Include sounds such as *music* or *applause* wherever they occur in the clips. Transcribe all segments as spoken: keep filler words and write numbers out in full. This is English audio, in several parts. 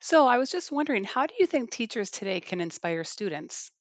So I was just wondering, how do you think teachers today can inspire students?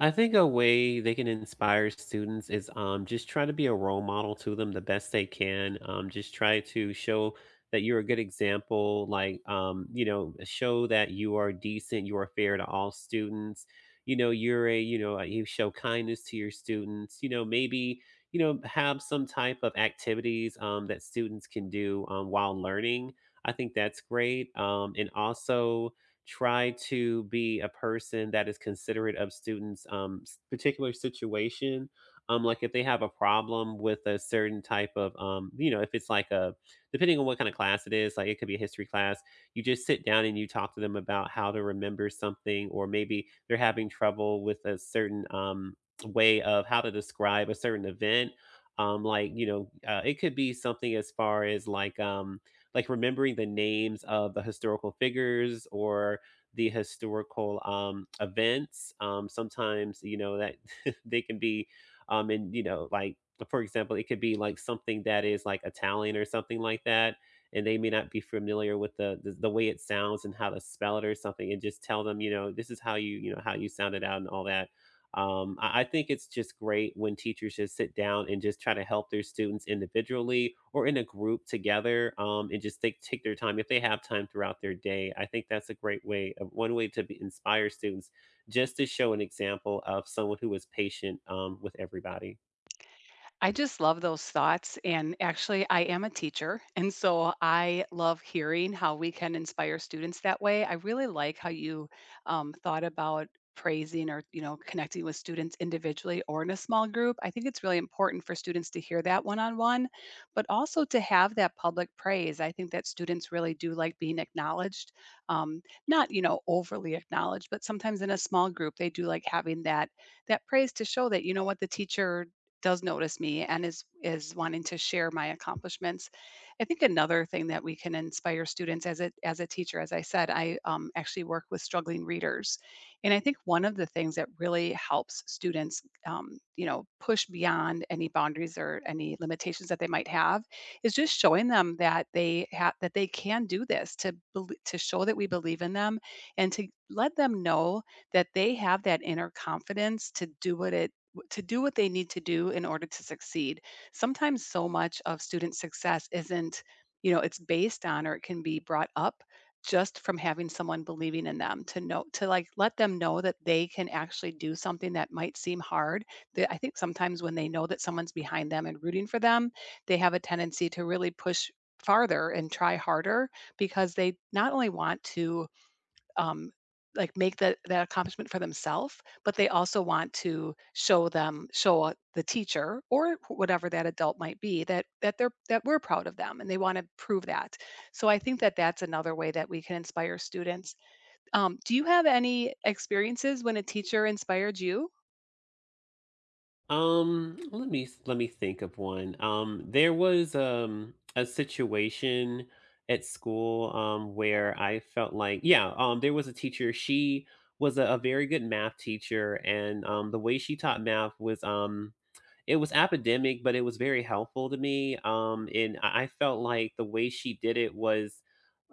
I think a way they can inspire students is um, just try to be a role model to them the best they can. Um, just try to show that you're a good example, like, um, you know, show that you are decent, you are fair to all students. You know, you're a, you know, you show kindness to your students. You know, maybe, you know, have some type of activities um, that students can do um, while learning. I think that's great. Um, and also, try to be a person that is considerate of students' um, s- particular situation. Um, like if they have a problem with a certain type of, um, you know, if it's like a, depending on what kind of class it is, like it could be a history class. You just sit down and you talk to them about how to remember something, or maybe they're having trouble with a certain um, way of how to describe a certain event. Um, like, you know, uh, it could be something as far as like, um, like remembering the names of the historical figures or the historical um, events. Um, sometimes, you know, that *laughs* they can be, um, and, you know, like, for example, it could be like something that is like Italian or something like that. And they may not be familiar with the, the the way it sounds and how to spell it or something, and just tell them, you know, this is how you, you know, how you sound it out and all that. Um, I, I think it's just great when teachers just sit down and just try to help their students individually or in a group together um, and just take, take their time if they have time throughout their day. I think that's a great way, of one way to be, inspire students just to show an example of someone who was patient um, with everybody. I just love those thoughts. And actually, I am a teacher. And so I love hearing how we can inspire students that way. I really like how you um, thought about praising or you know connecting with students individually or in a small group. I think it's really important for students to hear that one-on-one, but also to have that public praise. I think that students really do like being acknowledged, um, not you know overly acknowledged, but sometimes in a small group they do like having that that praise to show that, you know, what the teacher does notice me and is is wanting to share my accomplishments. I think another thing that we can inspire students as a as a teacher, as I said, I um, actually work with struggling readers, and I think one of the things that really helps students, um, you know, push beyond any boundaries or any limitations that they might have, is just showing them that they ha- that they can do this, to bel to show that we believe in them, and to let them know that they have that inner confidence to do what it to do what they need to do in order to succeed. Sometimes so much of student success isn't, you know, it's based on, or it can be brought up just from having someone believing in them, to know, to like let them know that they can actually do something that might seem hard. That, I think, sometimes when they know that someone's behind them and rooting for them, they have a tendency to really push farther and try harder, because they not only want to um, like make that that accomplishment for themselves, but they also want to show them, show uh, the teacher or wh- whatever that adult might be, that that they're that we're proud of them, and they want to prove that. So I think that that's another way that we can inspire students. Um, do you have any experiences when a teacher inspired you? Um, let me let me think of one. Um, there was um a situation at school um where I felt like yeah, um there was a teacher. She was a, a very good math teacher, and um the way she taught math was um it was epidemic, but it was very helpful to me. Um, and I I felt like the way she did it was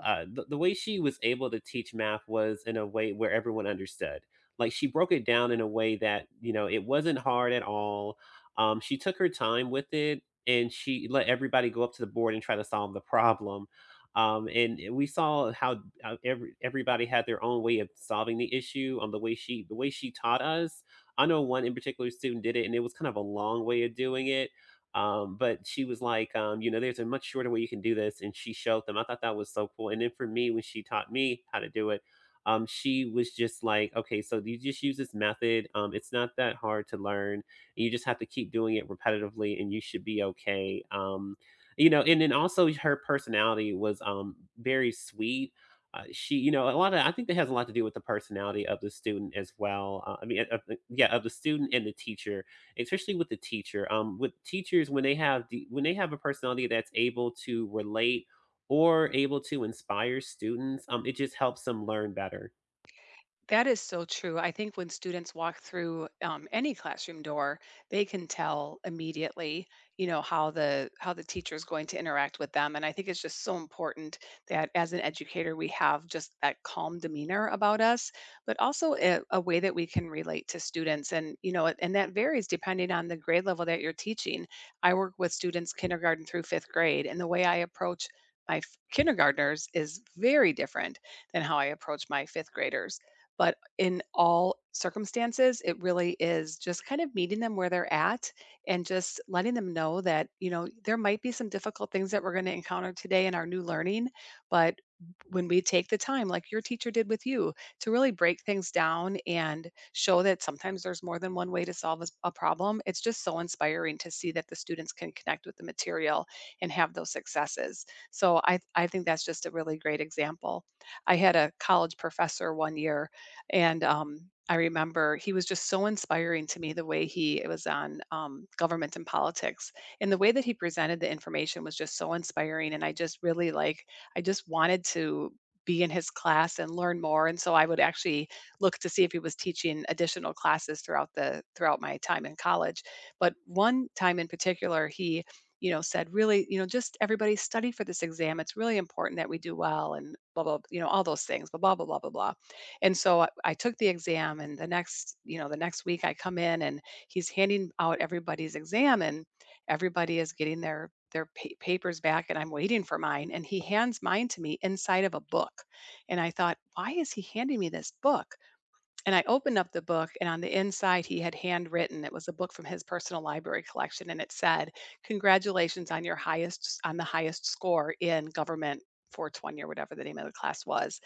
uh, the, the way she was able to teach math was in a way where everyone understood. Like she broke it down in a way that, you know, it wasn't hard at all. Um, she took her time with it and she let everybody go up to the board and try to solve the problem. Um, and we saw how uh, every, everybody had their own way of solving the issue on the way she the way she taught us. I know one in particular student did it, and it was kind of a long way of doing it. Um, but she was like, um, you know, there's a much shorter way you can do this, and she showed them. I thought that was so cool. And then for me, when she taught me how to do it, um, she was just like, okay, so you just use this method. Um, it's not that hard to learn. You just have to keep doing it repetitively, and you should be okay. Um, you know, and then also her personality was um very sweet. Uh, she, you know, a lot of I think that has a lot to do with the personality of the student as well. Uh, I mean, uh, uh, yeah, of the student and the teacher, especially with the teacher. Um, with teachers when they have the when they have a personality that's able to relate or able to inspire students, um, it just helps them learn better. That is so true. I think when students walk through um, any classroom door, they can tell immediately, you know, how the how the teacher is going to interact with them. And I think it's just so important that as an educator, we have just that calm demeanor about us, but also a, a way that we can relate to students. And you know, and that varies depending on the grade level that you're teaching. I work with students kindergarten through fifth grade, and the way I approach my f- kindergartners is very different than how I approach my fifth graders. But in all circumstances, it really is just kind of meeting them where they're at, and just letting them know that, you know, there might be some difficult things that we're going to encounter today in our new learning. But when we take the time, like your teacher did with you, to really break things down and show that sometimes there's more than one way to solve a s- a problem, it's just so inspiring to see that the students can connect with the material and have those successes. So I, I think that's just a really great example. I had a college professor one year, and um, I remember he was just so inspiring to me. The way he it was on um, government and politics, and the way that he presented the information was just so inspiring. And I just really like I just wanted to be in his class and learn more. And so I would actually look to see if he was teaching additional classes throughout the throughout my time in college. But one time in particular, he, you know, said, really, you know, just everybody study for this exam, it's really important that we do well, and blah blah, you know, all those things, blah blah blah blah blah blah. And so I, I took the exam, and the next, you know, the next week I come in, and he's handing out everybody's exam, and everybody is getting their their pa- papers back, and I'm waiting for mine. And he hands mine to me inside of a book, and I thought, why is he handing me this book? And I opened up the book, and on the inside, he had handwritten. It was a book from his personal library collection, and it said, "Congratulations on your highest on the highest score in government four two zero," or whatever the name of the class was.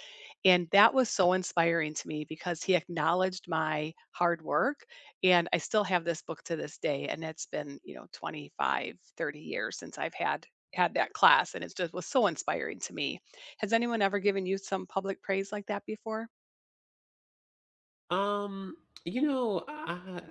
And that was so inspiring to me because he acknowledged my hard work, and I still have this book to this day, and it's been, you know, twenty-five, thirty years since I've had had that class, and it just was so inspiring to me. Has anyone ever given you some public praise like that before? Um, you know, I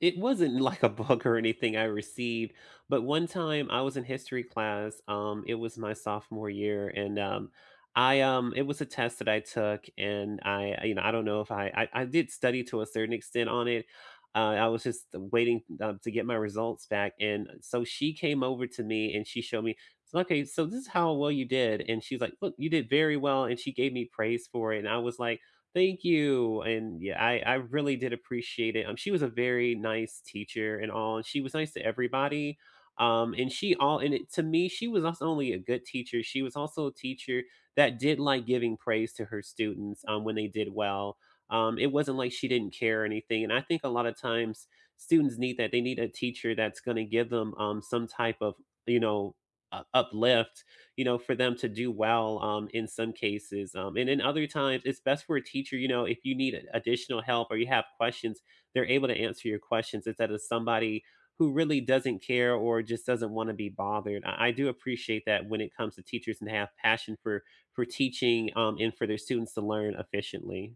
it wasn't like a book or anything I received, but one time I was in history class. Um, it was my sophomore year, and um I um it was a test that I took, and I I- you know, I don't know if I I, I did study to a certain extent on it. Uh, I was just waiting uh, to get my results back, and so she came over to me and she showed me. So, okay, so this is how well you did, and she's like, "Look, you did very well," and she gave me praise for it, and I was like, thank you. And yeah, I I really did appreciate it. Um, she was a very nice teacher and all, and she was nice to everybody. Um, and she all and it, To me, she was also only a good teacher. She was also a teacher that did like giving praise to her students um, when they did well. Um, it wasn't like she didn't care or anything. And I think a lot of times students need that. They need a teacher that's going to give them um, some type of you know uh, uplift, you know, for them to do well um, in some cases. Um, and in other times, it's best for a teacher, you know, if you need additional help or you have questions, they're able to answer your questions instead of somebody who really doesn't care or just doesn't want to be bothered. I, I do appreciate that when it comes to teachers and have passion for for teaching um, and for their students to learn efficiently.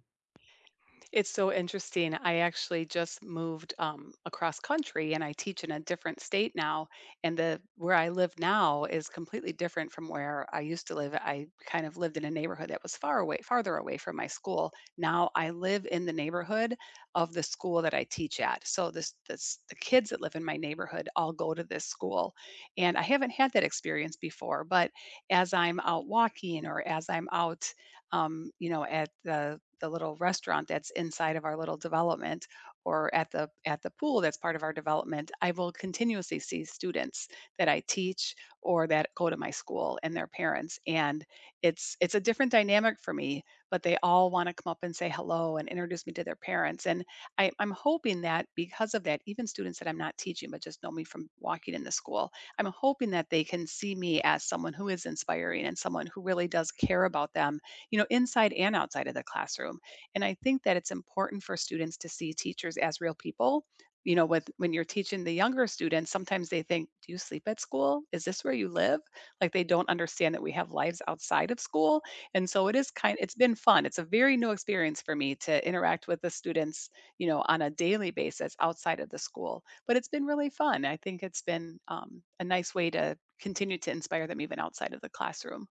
It's so interesting. I actually just moved um, across country, and I teach in a different state now. And the where I live now is completely different from where I used to live. I kind of lived in a neighborhood that was far away, farther away from my school. Now I live in the neighborhood of the school that I teach at. So this, this the kids that live in my neighborhood all go to this school. And I haven't had that experience before, but as I'm out walking, or as I'm out, um, you know, at the the little restaurant that's inside of our little development, or at the at the pool that's part of our development, I will continuously see students that I teach or that go to my school and their parents. And it's it's a different dynamic for me, but they all want to come up and say hello and introduce me to their parents. And I, I'm hoping that because of that, even students that I'm not teaching but just know me from walking in the school, I'm hoping that they can see me as someone who is inspiring and someone who really does care about them, you know, inside and outside of the classroom. And I think that it's important for students to see teachers as real people. You know, with when you're teaching the younger students, sometimes they think, "Do you sleep at school? Is this where you live?" Like, they don't understand that we have lives outside of school. And so it is kind it's been fun. It's a very new experience for me to interact with the students, you know, on a daily basis outside of the school. But it's been really fun. I think it's been um, a nice way to continue to inspire them even outside of the classroom.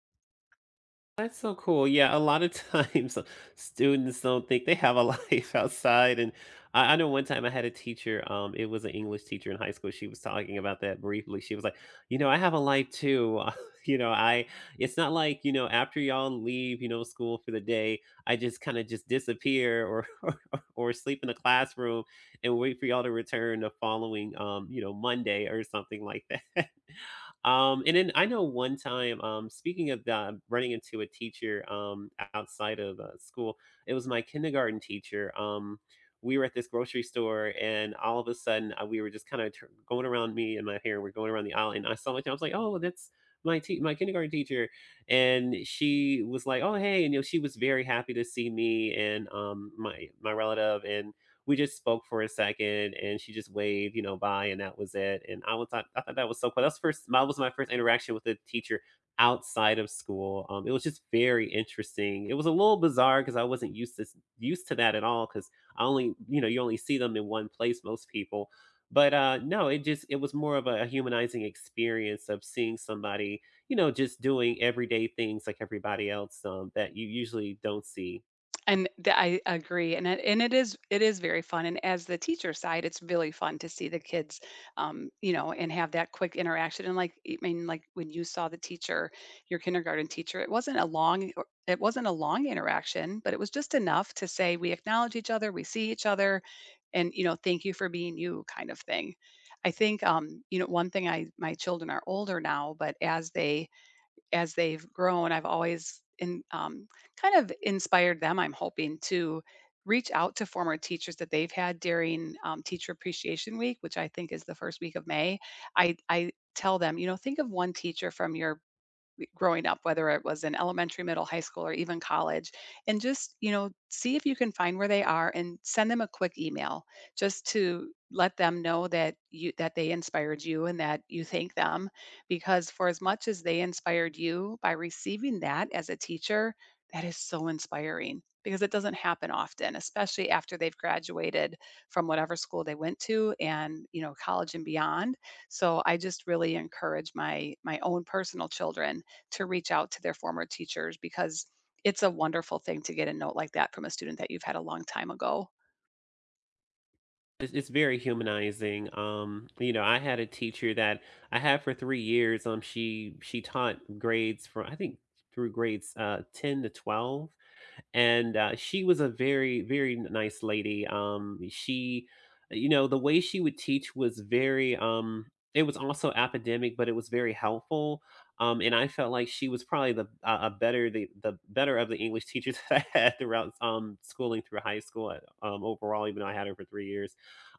That's so cool. Yeah, a lot of times *laughs* students don't think they have a life *laughs* outside. And I, I know one time I had a teacher. Um, it was an English teacher in high school. She was talking about that briefly. She was like, you know, I have a life too. *laughs* You know, I it's not like, you know, after y'all leave, you know, school for the day, I just kind of just disappear, or, *laughs* or or sleep in the classroom and wait for y'all to return the following um, you know, Monday or something like that. Um, and then I know one time, um, speaking of that, running into a teacher um, outside of uh, school, it was my kindergarten teacher. Um, we were at this grocery store, and all of a sudden, uh, we were just kind of tur going around me and my hair. We're going around the aisle, and I saw my. I was like, "Oh, that's my te- my kindergarten teacher," and she was like, "Oh, hey," and you know, she was very happy to see me and um, my my relative, and we just spoke for a second and she just waved, you know, bye, and that was it. And I was thought I thought that was so cool. That's first that was my first interaction with a teacher outside of school. Um, it was just very interesting. It was a little bizarre because I wasn't used to used to that at all because I only, you know, you only see them in one place, most people. But uh, no, it just it was more of a humanizing experience of seeing somebody, you know, just doing everyday things like everybody else um, that you usually don't see. And the I agree, and it and it is it is very fun, and as the teacher side, it's really fun to see the kids, um, you know, and have that quick interaction. And, like, I mean, like, when you saw the teacher, your kindergarten teacher, it wasn't a long it wasn't a long interaction, but it was just enough to say, "We acknowledge each other, we see each other, and, you know, thank you for being you," kind of thing. I think, um, you know, one thing I my children are older now, but as they as they've grown, I've always in um, kind of inspired them. I'm hoping to reach out to former teachers that they've had during um, Teacher Appreciation Week, which I think is the first week of May. I I tell them, you know, think of one teacher from your growing up, whether it was in elementary, middle, high school, or even college, and just, you know, see if you can find where they are and send them a quick email just to let them know that you that they inspired you, and that you thank them, because for as much as they inspired you, by receiving that as a teacher, that is so inspiring, because it doesn't happen often, especially after they've graduated from whatever school they went to, and, you know, college and beyond. So I just really encourage my my own personal children to reach out to their former teachers, because it's a wonderful thing to get a note like that from a student that you've had a long time ago. It's it's very humanizing. Um, you know, I had a teacher that I had for 3 years. um, she she taught grades from I think through grades, uh, ten to twelve, and uh, she was a very very nice lady. um she You know, the way she would teach was very um it was also academic, but it was very helpful. Um and I felt like she was probably the uh, a a better the the better of the english teachers *laughs* that I had throughout um schooling through high school. Uh, um overall, even though I had her for three years,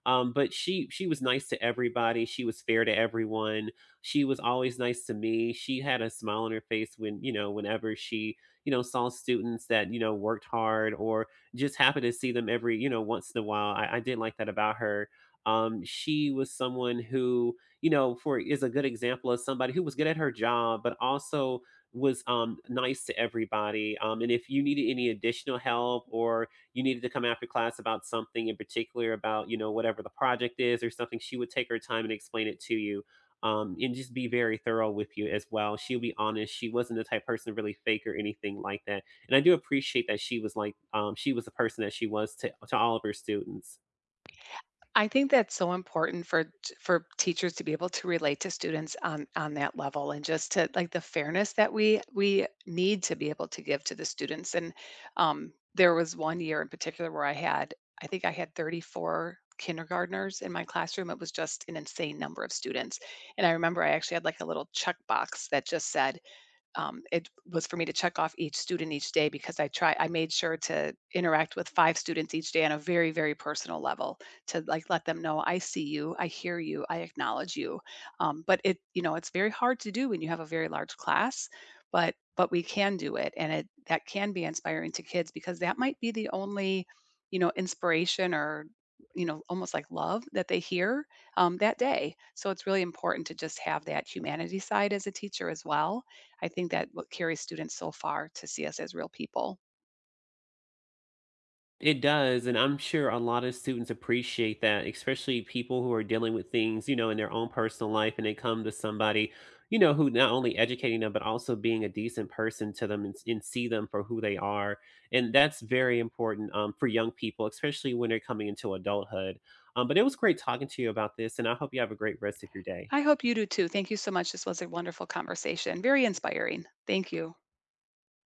um but she she was nice to everybody. She was fair to everyone. She was always nice to me. She had a smile on her face when you know whenever she, you know, saw students that, you know, worked hard or just happened to see them every, you know, once in a while. I, I did like that about her. Um, she was someone who, you know, for is a good example of somebody who was good at her job, but also was um nice to everybody. Um, and if you needed any additional help or you needed to come after class about something in particular about, you know, whatever the project is or something, she would take her time and explain it to you, um, and just be very thorough with you as well. She'll be honest. She wasn't the type of person to really fake or anything like that. And I do appreciate that she was like, um, she was the person that she was to, to all of her students. I think that's so important for for teachers to be able to relate to students on on that level, and just to like the fairness that we we need to be able to give to the students. And um, there was one year in particular where I had I think I had thirty-four kindergartners in my classroom. It was just an insane number of students. And I remember I actually had like a little checkbox that just said, um, it was for me to check off each student each day, because I try I made sure to interact with five students each day on a very, very personal level, to like let them know I see you, I hear you, I acknowledge you. Um, but it, you know, it's very hard to do when you have a very large class, but but we can do it, and it that can be inspiring to kids, because that might be the only, you know, inspiration, or, you know, almost like love that they hear um, that day. So it's really important to just have that humanity side as a teacher as well. I think that what carries students so far to see us as real people. It does, and I'm sure a lot of students appreciate that, especially people who are dealing with things, you know, in their own personal life, and they come to somebody, you know, who not only educating them but also being a decent person to them, and, s- and see them for who they are, and that's very important um, for young people, especially when they're coming into adulthood. Um, but it was great talking to you about this, and I hope you have a great rest of your day. I hope you do too. Thank you so much. This was a wonderful conversation, very inspiring. Thank you.